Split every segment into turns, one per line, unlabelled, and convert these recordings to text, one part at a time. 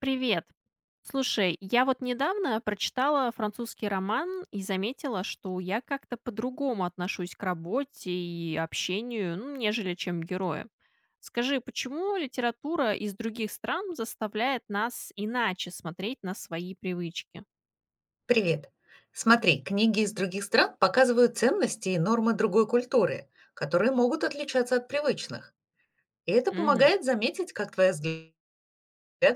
Привет. Слушай, я вот недавно прочитала французский роман и заметила, что я как-то по-другому отношусь к работе и общению, ну, нежели чем герои. Скажи, почему литература из других стран заставляет нас иначе смотреть на свои привычки?
Привет. Смотри, книги из других стран показывают ценности и нормы другой культуры, которые могут отличаться от привычных. И это
Мгм.
помогает заметить, как твои взгляды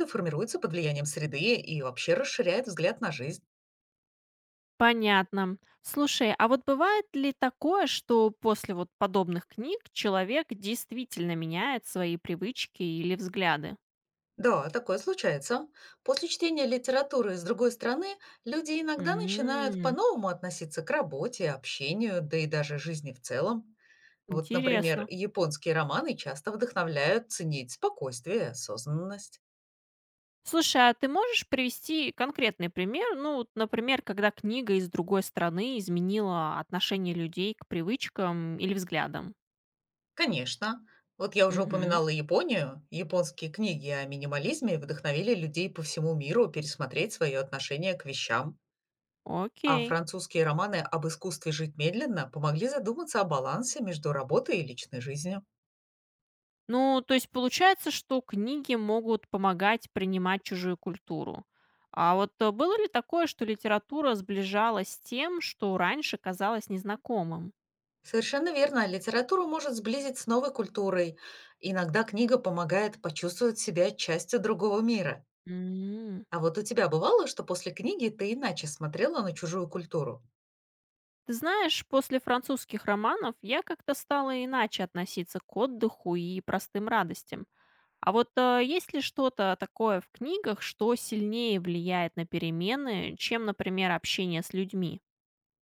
формируются под влиянием среды и вообще расширяет взгляд на жизнь.
Понятно. Слушай, а вот бывает ли такое, что после вот подобных книг человек действительно меняет свои привычки или взгляды?
Да, такое случается. После чтения литературы из другой страны люди иногда начинают
М,
по-новому относиться к работе, общению, да и даже жизни в целом. Вот, например,
Интересно.
японские романы часто вдохновляют ценить спокойствие и осознанность.
Слушай, а ты можешь привести конкретный пример? Ну, вот, например, когда книга из другой страны изменила отношение людей к привычкам или взглядам.
Конечно. Вот я уже
Мгм.
упоминала Японию. Японские книги о минимализме вдохновили людей по всему миру пересмотреть свое отношение к вещам. А
Окей.
французские романы об искусстве жить медленно помогли задуматься о балансе между работой и личной жизнью.
Ну, то есть получается, что книги могут помогать принимать чужую культуру. А вот было ли такое, что литература сближалась с тем, что раньше казалось незнакомым?
Совершенно верно. Литературу может сблизить с новой культурой. Иногда книга помогает почувствовать себя частью другого мира.
М.
А вот у тебя бывало, что после книги ты иначе смотрела на чужую культуру?
Ты знаешь, после французских романов я как-то стала иначе относиться к отдыху и простым радостям. А вот есть ли что-то такое в книгах, что сильнее влияет на перемены, чем, например, общение с людьми?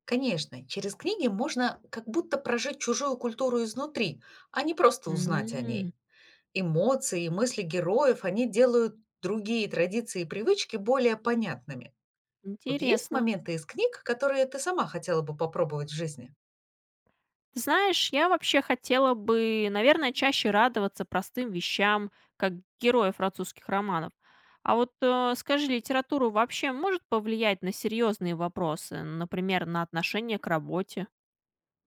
Конечно, через книги можно как будто прожить чужую культуру изнутри, а не просто узнать о
М,
ней. Эмоции и мысли героев, они делают другие традиции и привычки более понятными. Вот есть
Интересно.
моменты из книг, которые ты сама хотела бы попробовать в жизни?
Ты Знаешь, я вообще хотела бы, наверное, чаще радоваться простым вещам, как герои французских романов. А вот скажи, литература вообще может повлиять на серьезные вопросы, например, на отношение к работе?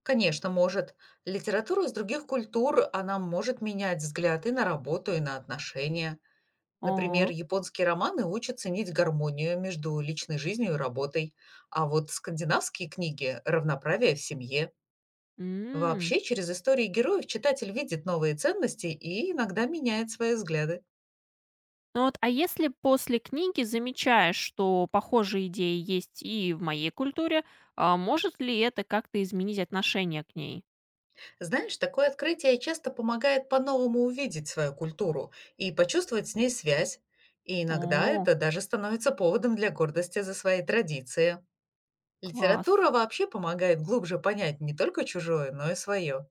Конечно, может. Литература из других культур, она может менять взгляд и на работу, и на отношения. Например,
О,
японские романы учат ценить гармонию между личной жизнью и работой, а вот скандинавские книги– равноправие в семье.
м.
Вообще, через истории героев читатель видит новые ценности и иногда меняет свои взгляды.
Ну вот, а если после книги замечаешь, что похожие идеи есть и в моей культуре, а может ли это как-то изменить отношение к ней?
Знаешь, такое открытие часто помогает по-новому увидеть свою культуру и почувствовать с ней связь. И иногда
О,
это даже становится поводом для гордости за свои традиции.
класс.
Литература вообще помогает глубже понять не только чужое, но и свое.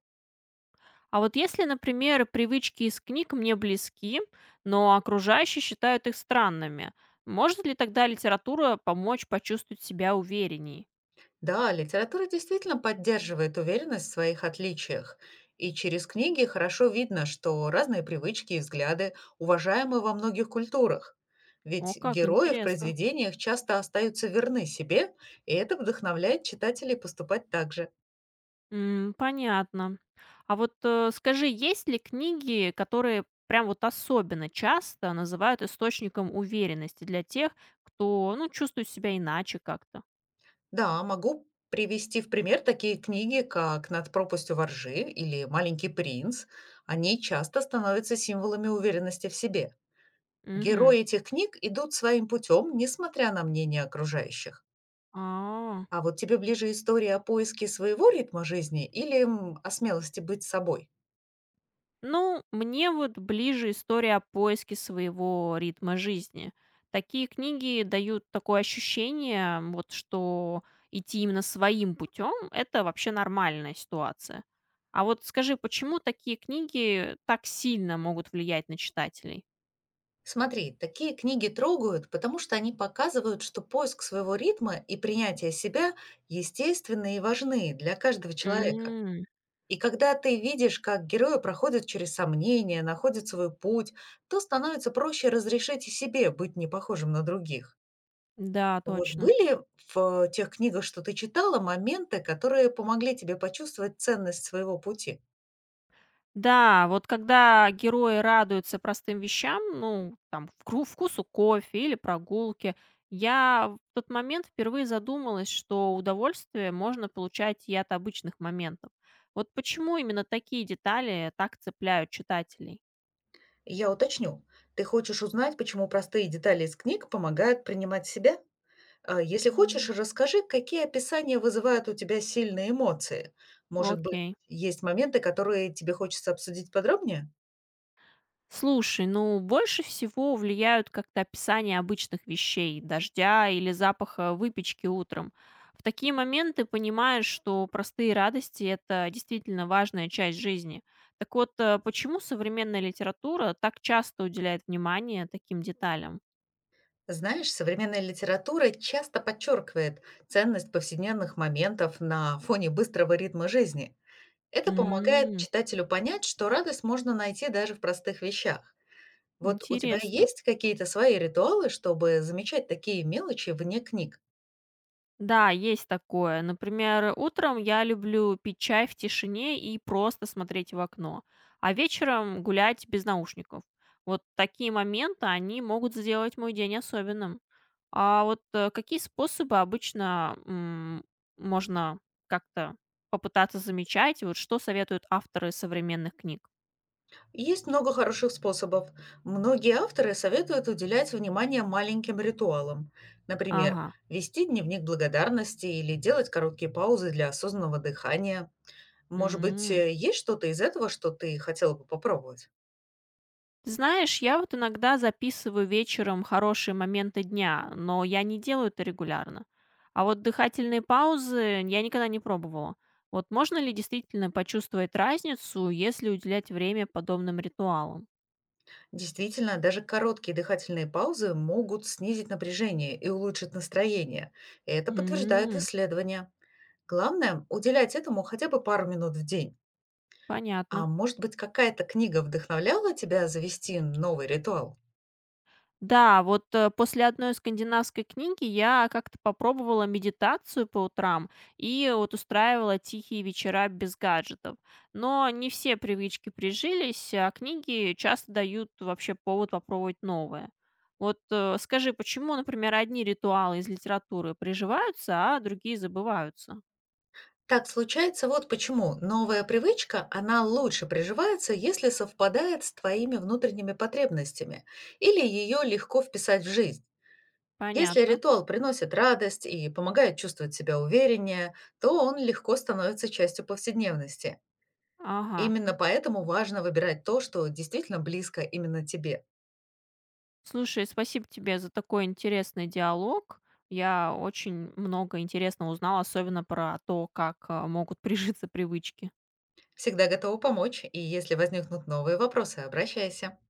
А вот если, например, привычки из книг мне близки, но окружающие считают их странными, может ли тогда литература помочь почувствовать себя уверенней?
Да, литература действительно поддерживает уверенность в своих отличиях, и через книги хорошо видно, что разные привычки и взгляды уважаемы во многих культурах.
О,
Ведь
как
герои в
интересно.
произведениях часто остаются верны себе, и это вдохновляет читателей поступать так же.
М, понятно. А вот, скажи, есть ли книги, которые прям вот особенно часто называют источником уверенности для тех, кто, ну, чувствует себя иначе как-то?
Да, могу привести в пример такие книги, как «Над пропастью во ржи» или «Маленький принц». Они часто становятся символами уверенности в себе.
Мгм.
Герои этих книг идут своим путем, несмотря на мнение окружающих.
А.
А вот тебе ближе история о поиске своего ритма жизни или о смелости быть собой?
Ну, мне вот ближе история о поиске своего ритма жизни. Такие книги дают такое ощущение, вот что идти именно своим путем– это вообще нормальная ситуация. А вот скажи, почему такие книги так сильно могут влиять на читателей?
Смотри, такие книги трогают, потому что они показывают, что поиск своего ритма и принятие себя естественны и важны для каждого человека.
М,
И когда ты видишь, как герои проходят через сомнения, находят свой путь, то становится проще разрешить и себе быть непохожим на других.
Да,
Вот
точно.
были в тех книгах, что ты читала, моменты, которые помогли тебе почувствовать ценность своего пути?
Да, вот когда герои радуются простым вещам, ну, там, вкусу кофе или прогулке, я в тот момент впервые задумалась, что удовольствие можно получать и от обычных моментов. Вот почему именно такие детали так цепляют читателей?
Я уточню. Ты хочешь узнать, почему простые детали из книг помогают принимать себя? А, если хочешь,
М.
расскажи, какие описания вызывают у тебя сильные эмоции. Может быть,
Окей.
есть моменты, которые тебе хочется обсудить подробнее?
Слушай, ну больше всего влияют как-то описания обычных вещей, дождя или запаха выпечки утром. В такие моменты понимаешь, что простые радости– это действительно важная часть жизни. Так вот, почему современная литература так часто уделяет внимание таким деталям?
Знаешь, современная литература часто подчеркивает ценность повседневных моментов на фоне быстрого ритма жизни. Это помогает
М,
читателю понять, что радость можно найти даже в простых вещах. Вот у тебя
Интересно.
есть какие-то свои ритуалы, чтобы замечать такие мелочи вне книг?
Да, есть такое. Например, утром я люблю пить чай в тишине и просто смотреть в окно, а вечером гулять без наушников. Вот такие моменты, они могут сделать мой день особенным. А вот какие способы обычно можно как-то попытаться замечать? Вот что советуют авторы современных книг?
Есть много хороших способов. Многие авторы советуют уделять внимание маленьким ритуалам. Например,
Ага.
вести дневник благодарности или делать короткие паузы для осознанного дыхания. Может быть,
М.
есть что-то из этого, что ты хотела бы попробовать?
Ты знаешь, я вот иногда записываю вечером хорошие моменты дня, но я не делаю это регулярно. А вот дыхательные паузы я никогда не пробовала. Вот можно ли действительно почувствовать разницу, если уделять время подобным ритуалам?
Действительно, даже короткие дыхательные паузы могут снизить напряжение и улучшить настроение. Это подтверждают
М,
исследования. Главное– уделять этому хотя бы пару минут в день. А
понятно.
может быть, какая-то книга вдохновляла тебя завести новый ритуал?
Да, вот после одной скандинавской книги я как-то попробовала медитацию по утрам и вот устраивала тихие вечера без гаджетов. Но не все привычки прижились, а книги часто дают вообще повод попробовать новое. Вот скажи, почему, например, одни ритуалы из литературы приживаются, а другие забываются?
Так случается вот почему. Новая привычка, она лучше приживается, если совпадает с твоими внутренними потребностями или ее легко вписать в жизнь. Если
Понятно.
ритуал приносит радость и помогает чувствовать себя увереннее, то он легко становится частью повседневности.
Ага.
Именно поэтому важно выбирать то, что действительно близко именно тебе.
Слушай, спасибо тебе за такой интересный диалог. Я очень много интересного узнала, особенно про то, как могут прижиться привычки.
Всегда готова помочь, и если возникнут новые вопросы, обращайся.